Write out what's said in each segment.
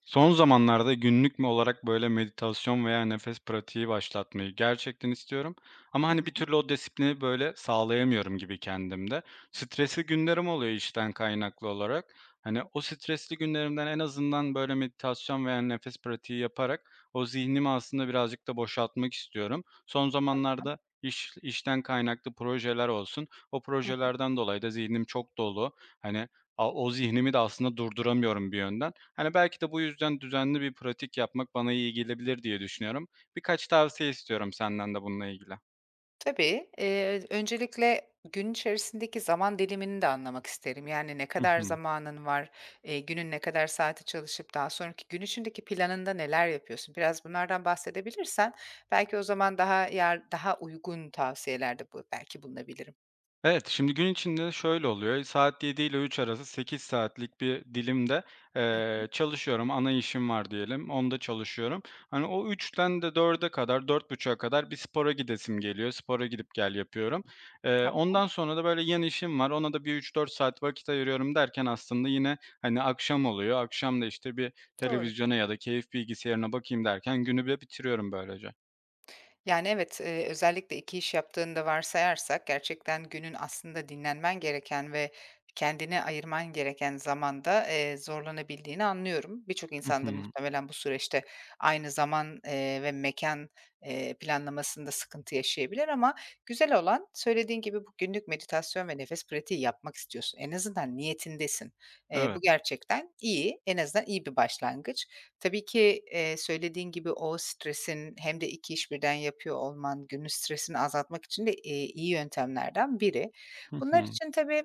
Son zamanlarda günlük mü olarak böyle meditasyon veya nefes pratiği başlatmayı gerçekten istiyorum. Ama Hı hani bir hı. türlü o disiplini böyle sağlayamıyorum gibi kendimde. Stresli günlerim oluyor işten kaynaklı olarak. Hani o stresli günlerimden en azından böyle meditasyon veya nefes pratiği yaparak o zihnimi aslında birazcık da boşaltmak istiyorum. Son Tamam. zamanlarda işten kaynaklı projeler olsun. O Hı hı. projelerden dolayı da zihnim çok dolu. Hani o zihnimi de aslında durduramıyorum bir yönden. Hani, belki de bu yüzden düzenli bir pratik yapmak bana iyi gelebilir diye düşünüyorum. Birkaç tavsiye istiyorum senden de bununla ilgili. Tabii, öncelikle gün içerisindeki zaman dilimini de anlamak isterim. Yani ne Hı kadar hı. zamanın var, günün ne kadar saati çalışıp daha sonraki gün içindeki planında neler yapıyorsun? Biraz bunlardan bahsedebilirsen belki o zaman daha uygun tavsiyelerde belki bulunabilirim. Evet, şimdi gün içinde şöyle oluyor. Saat 7 ile 3 arası 8 saatlik bir dilimde, Hı hı. Çalışıyorum. Ana işim var diyelim, onda çalışıyorum. Hani, o üç'ten de dörde kadar, 4.30'a kadar bir spora gidesim geliyor. Spora gidip gel yapıyorum. Tamam, Ondan sonra da böyle yan işim var. Ona da bir 3-4 saat vakit ayırıyorum derken aslında yine, hani, akşam oluyor. Akşam da, işte, bir doğru. televizyona ya da keyif bilgisayarına bakayım derken günü de bitiriyorum böylece. Yani, evet, özellikle 2 iş yaptığını da varsayarsak gerçekten günün aslında dinlenmen gereken ve kendine ayırman gereken zamanda, zorlanabildiğini anlıyorum. Birçok Hı insan da hı. muhtemelen bu süreçte aynı zaman, ve mekan planlamasında sıkıntı yaşayabilir ama güzel olan söylediğin gibi bu günlük meditasyon ve nefes pratiği yapmak istiyorsun. En azından niyetindesin. Bu Evet. gerçekten iyi, en azından iyi bir başlangıç. Tabii ki, söylediğin gibi o stresin hem de 2 iş birden yapıyor olman günün stresini azaltmak için de, iyi yöntemlerden biri. Hı Bunlar hı. için tabii,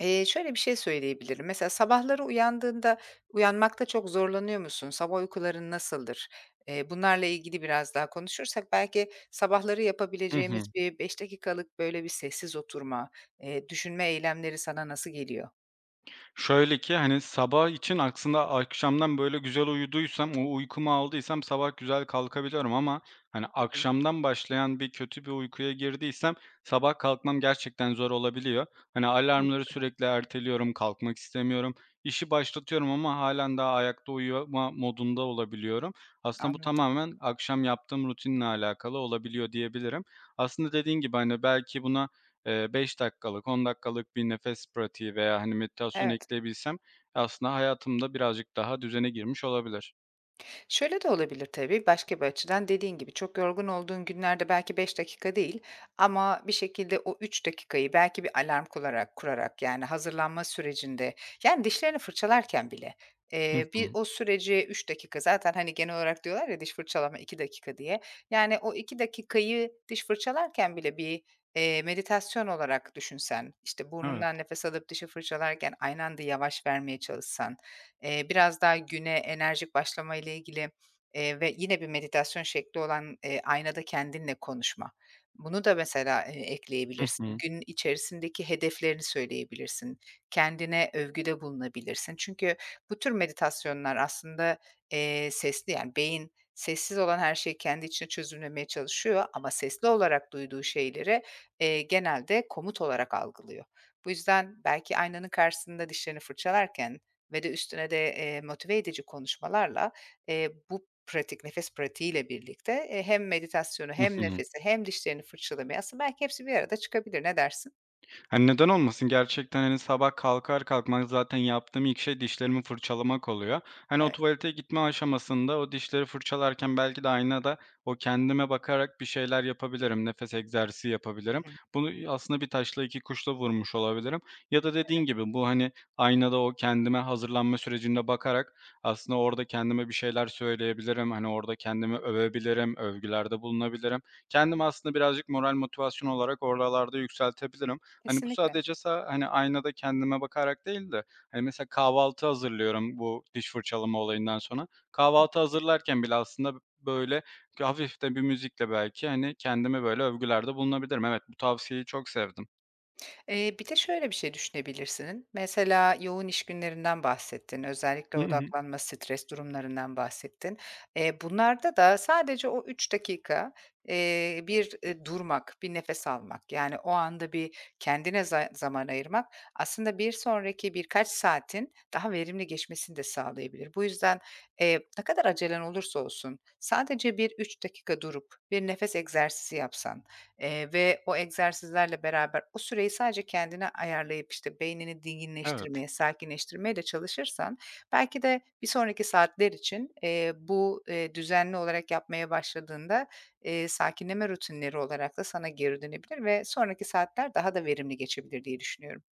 şöyle bir şey söyleyebilirim. Mesela sabahları uyandığında uyanmakta çok zorlanıyor musun? Sabah uykuların nasıldır? Bunlarla ilgili biraz daha konuşursak belki sabahları Hı yapabileceğimiz hı. bir 5 dakikalık böyle bir sessiz oturma, düşünme eylemleri sana nasıl geliyor? Şöyle ki, hani, sabah için aslında akşamdan böyle güzel uyuduysam, o uykumu aldıysam sabah güzel kalkabiliyorum ama, hani, Hı hı, akşamdan başlayan bir kötü bir uykuya girdiysem sabah kalkmam gerçekten zor olabiliyor. Hani, alarmları anladım. sürekli erteliyorum, kalkmak istemiyorum. İşi başlatıyorum ama hâlen daha ayakta uyuma modunda olabiliyorum. Aslında bu Anladım. tamamen akşam yaptığım rutinle alakalı olabiliyor diyebilirim. Aslında dediğin gibi, hani, belki buna 5 dakikalık, 10 dakikalık bir nefes pratiği veya, hani, meditasyon Evet. ekleyebilsem aslında hayatımda birazcık daha düzene girmiş olabilir. Şöyle de olabilir tabii, başka bir açıdan dediğin gibi çok yorgun olduğun günlerde belki 5 dakika değil ama bir şekilde o 3 dakikayı belki bir alarm kurarak, yani hazırlanma sürecinde, yani dişlerini fırçalarken bile, Hı bir hı. o süreci 3 dakika zaten, hani, genel olarak diyorlar ya diş fırçalama 2 dakika diye. Yani o 2 dakikayı diş fırçalarken bile bir, meditasyon olarak düşünsen, işte, Evet. burnundan nefes alıp dişi fırçalarken aynı anda yavaş vermeye çalışsan, biraz daha güne enerjik başlamayla ilgili, ve yine bir meditasyon şekli olan, aynada kendinle konuşma. Bunu da mesela, Hı ekleyebilirsin. hı. Gün içerisindeki hedeflerini söyleyebilirsin. Kendine övgüde bulunabilirsin. Çünkü bu tür meditasyonlar aslında, sesli, yani, beyin sessiz olan her şeyi kendi içine çözümlemeye çalışıyor ama sesli olarak duyduğu şeyleri, genelde komut olarak algılıyor. Bu yüzden belki aynanın karşısında dişlerini fırçalarken ve de üstüne de, motive edici konuşmalarla, bu pratik, nefes pratiğiyle birlikte, hem meditasyonu Hı hem hı. nefesi hem dişlerini fırçalamayı aslında belki hepsi bir arada çıkabilir. Ne dersin? Hani, neden olmasın? Gerçekten, hani, sabah kalkar kalkmaz zaten yaptığım ilk şey dişlerimi fırçalamak oluyor. Hani, o Evet. tuvalete gitme aşamasında o dişleri fırçalarken belki de aynada o kendime bakarak bir şeyler yapabilirim, nefes egzersizi yapabilirim. Hı hı. Bunu, aslında bir taşla iki kuşla vurmuş olabilirim ya da Tabii. dediğin gibi bu, hani, aynada o kendime hazırlanma sürecinde bakarak aslında orada kendime bir şeyler söyleyebilirim. Hani, orada kendimi övebilirim, övgülerde bulunabilirim. Kendimi aslında birazcık moral motivasyon olarak oralarda yükseltebilirim. Hani, bu Kesinlikle. sadece hani, aynada kendime bakarak değil de, hani, mesela kahvaltı hazırlıyorum bu diş fırçalama olayından sonra. Kahvaltı hazırlarken bile aslında böyle hafif de bir müzikle belki, hani, kendime böyle övgülerde bulunabilirim. Evet, bu tavsiyeyi çok sevdim. Bir de şöyle bir şey düşünebilirsin. Mesela yoğun iş günlerinden bahsettin, özellikle Hı hı. odaklanma, stres durumlarından bahsettin. Bunlarda da sadece o 3 dakika, bir, durmak, bir nefes almak, yani, o anda bir kendine zaman ayırmak aslında bir sonraki birkaç saatin daha verimli geçmesini de sağlayabilir. Bu yüzden, ne kadar acelen olursa olsun sadece bir 3 dakika durup bir nefes egzersizi yapsan, ve o egzersizlerle beraber o süreyi sadece kendine ayarlayıp, işte, beynini Evet. dinginleştirmeye, sakinleştirmeye de çalışırsan belki de bir sonraki saatler için, bu, düzenli olarak yapmaya başladığında, sakinleme rutinleri olarak da sana geri dönebilir ve sonraki saatler daha da verimli geçebilir diye düşünüyorum.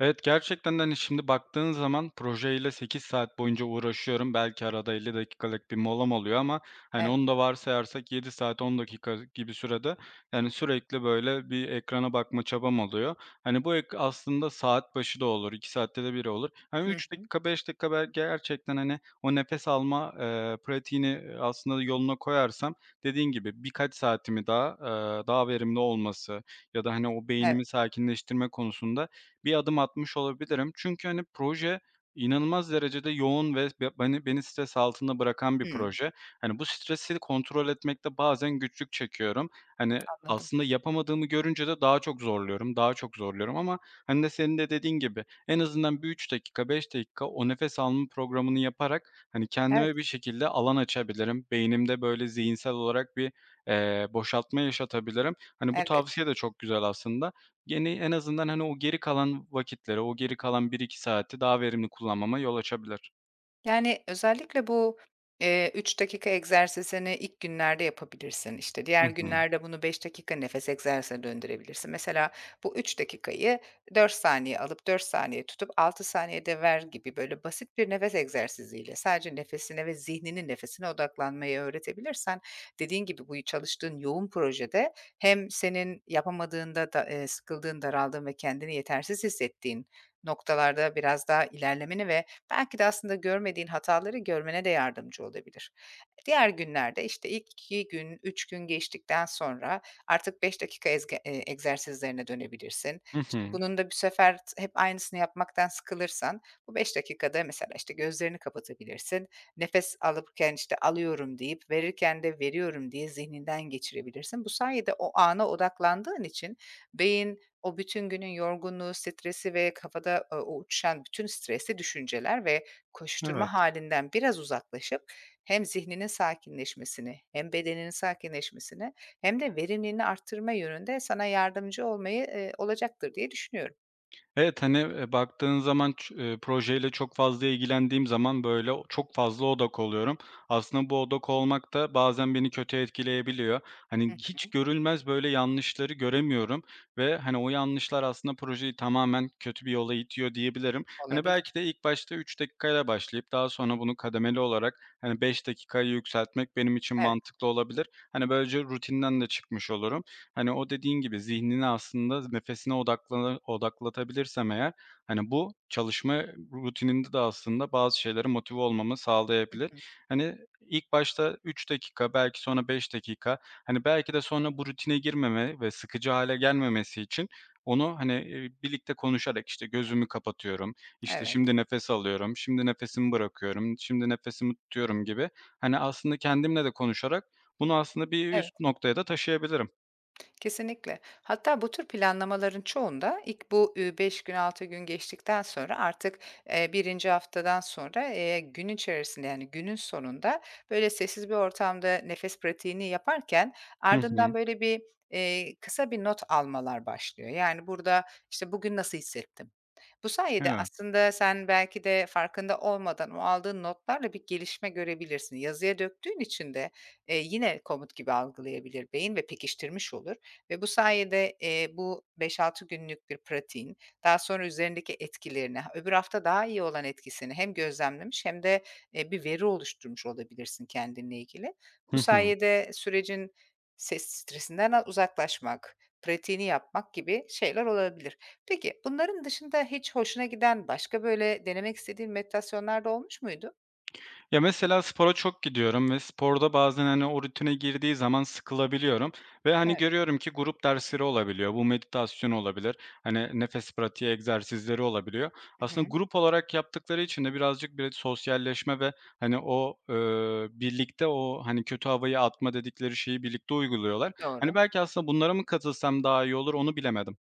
Evet, gerçekten de, hani, şimdi baktığın zaman projeyle 8 saat boyunca uğraşıyorum. Belki arada 50 dakikalık bir molam oluyor ama, hani, Evet. onu da varsayarsak 7 saat 10 dakika gibi sürede, yani, sürekli böyle bir ekrana bakma çabam oluyor. Hani, bu aslında saat başı da olur, 2 saatte de biri olur. Hani, Hı üç hı. dakika, beş dakika belki gerçekten, hani, o nefes alma, pratiğini aslında yoluna koyarsam dediğin gibi birkaç saatimi daha, daha verimli olması ya da, hani, o Evet. beynimi sakinleştirme konusunda bir adım atmış olabilirim. Çünkü, hani, proje inanılmaz derecede yoğun ve be beni beni stres altında bırakan bir Hımm. proje. Hani, bu stresi kontrol etmekte bazen güçlük çekiyorum. Hani, Anladım. aslında yapamadığımı görünce de daha çok zorluyorum, daha çok zorluyorum ama, hani, senin de dediğin gibi en azından bir 3 dakika, 5 dakika o nefes alma programını yaparak, hani, Evet, kendime bir şekilde alan açabilirim. Beynimde, böyle, zihinsel olarak bir, boşaltma yaşatabilirim. Hani, bu elbette. tavsiye de çok güzel aslında. Yeni en azından, hani, o geri kalan vakitleri, o geri kalan 1-2 saati daha verimli kullanmama yol açabilir. Yani, özellikle bu, 3 dakika egzersizini ilk günlerde yapabilirsin. İşte, Hı diğer hı. günlerde bunu 5 dakika nefes egzersizine döndürebilirsin. Mesela bu 3 dakikayı 4 saniye alıp 4 saniye tutup 6 saniyede ver gibi, böyle, basit bir nefes egzersiziyle sadece nefesine ve zihninin nefesine odaklanmayı öğretebilirsen dediğin gibi bu çalıştığın yoğun projede hem senin yapamadığında da sıkıldığın, daraldığın ve kendini yetersiz hissettiğin noktalarda biraz daha ilerlemeni ve belki de aslında görmediğin hataları görmene de yardımcı olabilir. Diğer günlerde işte ilk 2 gün, 3 gün geçtikten sonra artık 5 dakika ezge egzersizlerine dönebilirsin. Hı İşte, hı. bunun da bir sefer hep aynısını yapmaktan sıkılırsan bu 5 dakikada mesela, işte, gözlerini kapatabilirsin. Nefes alırken, işte, "Alıyorum." deyip verirken de "Veriyorum." diye zihninden geçirebilirsin. Bu sayede o ana odaklandığın için beyin o bütün günün yorgunluğu, stresi ve kafada, o uçuşan bütün stresli düşünceler ve koşuşturma Evet. halinden biraz uzaklaşıp hem zihninin sakinleşmesini hem bedeninin sakinleşmesini hem de verimliliğini arttırma yönünde sana yardımcı olacaktır diye düşünüyorum. Evet, hani, baktığın zaman ç projeyle çok fazla ilgilendiğim zaman, böyle, o çok fazla odak oluyorum. Aslında bu odak olmak da bazen beni kötü etkileyebiliyor. Hani, Hı hiç hı. görülmez, böyle, yanlışları göremiyorum ve, hani, o yanlışlar aslında projeyi tamamen kötü bir yola itiyor diyebilirim. Hani, Olabilir. belki de ilk başta 3 dakikayla başlayıp daha sonra bunu kademeli olarak, hani, 5 dakikaya yükseltmek benim için Evet. mantıklı olabilir. Hani, böylece rutinden de çıkmış olurum. Hani, o dediğin gibi zihnini aslında nefesine odaklatabilirsem eğer, hani, bu çalışma rutininde de aslında bazı şeylere motive olmamı Hı sağlayabilir. hı. Hani, ilk başta 3 dakika, belki sonra 5 dakika, hani, belki de sonra bu rutine girmeme ve sıkıcı hale gelmemesi için onu, hani, birlikte konuşarak, işte, gözümü kapatıyorum, işte, Evet. şimdi nefes alıyorum, şimdi nefesimi bırakıyorum, şimdi nefesimi tutuyorum gibi, hani, aslında kendimle de konuşarak bunu aslında bir Evet. üst noktaya da taşıyabilirim. Kesinlikle. Hatta bu tür planlamaların çoğunda ilk bu, 5 gün, 6 gün geçtikten sonra artık, 1. haftadan sonra, gün içerisinde, yani, günün sonunda, böyle, sessiz bir ortamda nefes pratiğini yaparken Hı hı. ardından, böyle, bir, kısa bir not almalar başlıyor. Yani, burada, işte, "Bugün nasıl hissettim? Bu sayede Evet. aslında sen belki de farkında olmadan o aldığın notlarla bir gelişme görebilirsin. Yazıya döktüğün için de, yine komut gibi algılayabilir beyin ve pekiştirmiş olur ve bu sayede, bu 5-6 günlük bir pratiğin daha sonra üzerindeki etkilerini, öbür hafta daha iyi olan etkisini hem gözlemlemiş hem de, bir veri oluşturmuş olabilirsin kendinle ilgili. Hı Bu hı. sayede sürecin stresinden uzaklaşmak, pratiğini yapmak gibi şeyler olabilir. Peki, bunların dışında hiç hoşuna giden başka, böyle, denemek istediğin meditasyonlar da olmuş muydu? Ya, mesela spora çok gidiyorum ve sporda bazen, hani, o rutine girdiği zaman sıkılabiliyorum ve, hani, Evet. görüyorum ki grup dersleri olabiliyor. Bu meditasyon olabilir, hani, nefes pratiği egzersizleri olabiliyor. Hı Aslında hı. grup olarak yaptıkları için de birazcık bir sosyalleşme ve, hani, o, birlikte o, hani, kötü havayı atma dedikleri şeyi birlikte uyguluyorlar. Hani, Doğru. belki aslında bunlara mı katılsam daha iyi olur, onu bilemedim.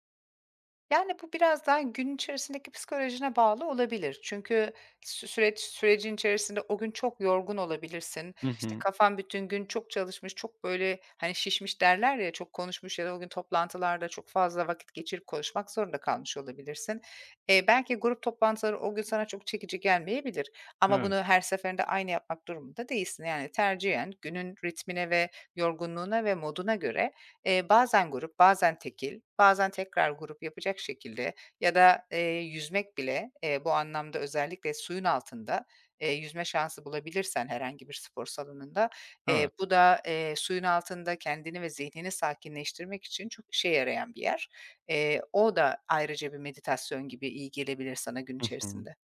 Yani, bu biraz daha gün içerisindeki psikolojine bağlı olabilir. Çünkü süreç sürecin içerisinde o gün çok yorgun olabilirsin. Hı İşte, hı. kafan bütün gün çok çalışmış, çok, böyle, hani, şişmiş derler ya, çok konuşmuş ya da o gün toplantılarda çok fazla vakit geçirip konuşmak zorunda kalmış olabilirsin. Belki grup toplantıları o gün sana çok çekici gelmeyebilir ama Evet, bunu her seferinde aynı yapmak durumunda değilsin. Yani, tercihen günün ritmine ve yorgunluğuna ve moduna göre bazen grup, bazen tekil, bazen tekrar grup yapacak şekilde ya da, yüzmek bile, bu anlamda özellikle suyun altında, yüzme şansı bulabilirsen herhangi bir spor salonunda, evet. bu da, suyun altında kendini ve zihnini sakinleştirmek için çok işe yarayan bir yer. O da ayrıca bir meditasyon gibi iyi gelebilir sana gün Hı hı. içerisinde.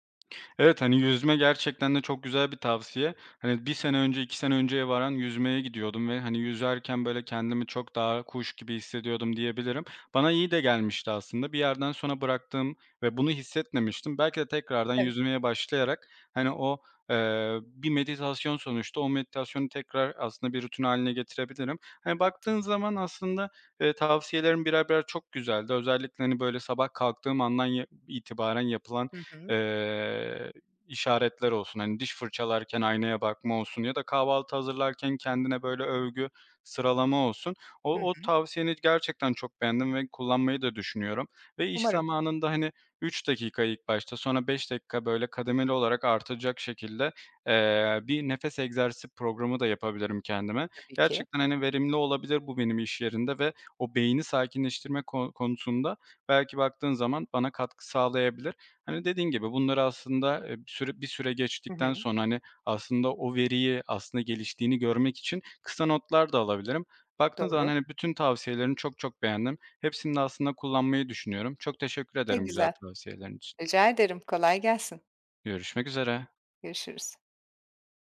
Evet, hani, yüzme gerçekten de çok güzel bir tavsiye. Hani, 1 sene önce, 2 sene önceye varan yüzmeye gidiyordum ve, hani, yüzerken, böyle, kendimi çok daha kuş gibi hissediyordum diyebilirim. Bana iyi de gelmişti aslında. Bir yerden sonra bıraktım ve bunu hissetmemiştim. Belki de tekrardan Evet. yüzmeye başlayarak, hani, o, bir meditasyon sonuçta. O meditasyonu tekrar aslında bir rutin haline getirebilirim. Hani, baktığın zaman aslında, tavsiyelerin birer birer çok güzeldi. Özellikle, hani, böyle, sabah kalktığım andan ya itibaren yapılan, Hı hı. eee işaretler olsun. Hani diş fırçalarken aynaya bakma olsun ya da kahvaltı hazırlarken kendine böyle övgü, sıralama olsun. Hı O hı. tavsiyeni gerçekten çok beğendim ve kullanmayı da düşünüyorum ve iş Umarım. zamanında, hani, 3 dakika ilk başta, sonra 5 dakika böyle kademeli olarak artacak şekilde, bir nefes egzersizi programı da yapabilirim kendime. Tabii ki. Gerçekten, hani, verimli olabilir bu benim iş yerinde ve o beyni sakinleştirme konusunda belki baktığın zaman bana katkı sağlayabilir. Hani, dediğin gibi bunları aslında, bir süre Hı geçtikten hı. sonra, hani, aslında o veriyi aslında geliştiğini görmek için kısa notlar da alabilirim. Baktığın zaman, Doğru. hani, bütün tavsiyelerini çok çok beğendim. Hepsini de aslında kullanmayı düşünüyorum. Çok teşekkür Ne ederim güzel güzel. tavsiyelerin için. Rica ederim. Kolay gelsin. Görüşmek üzere. Görüşürüz.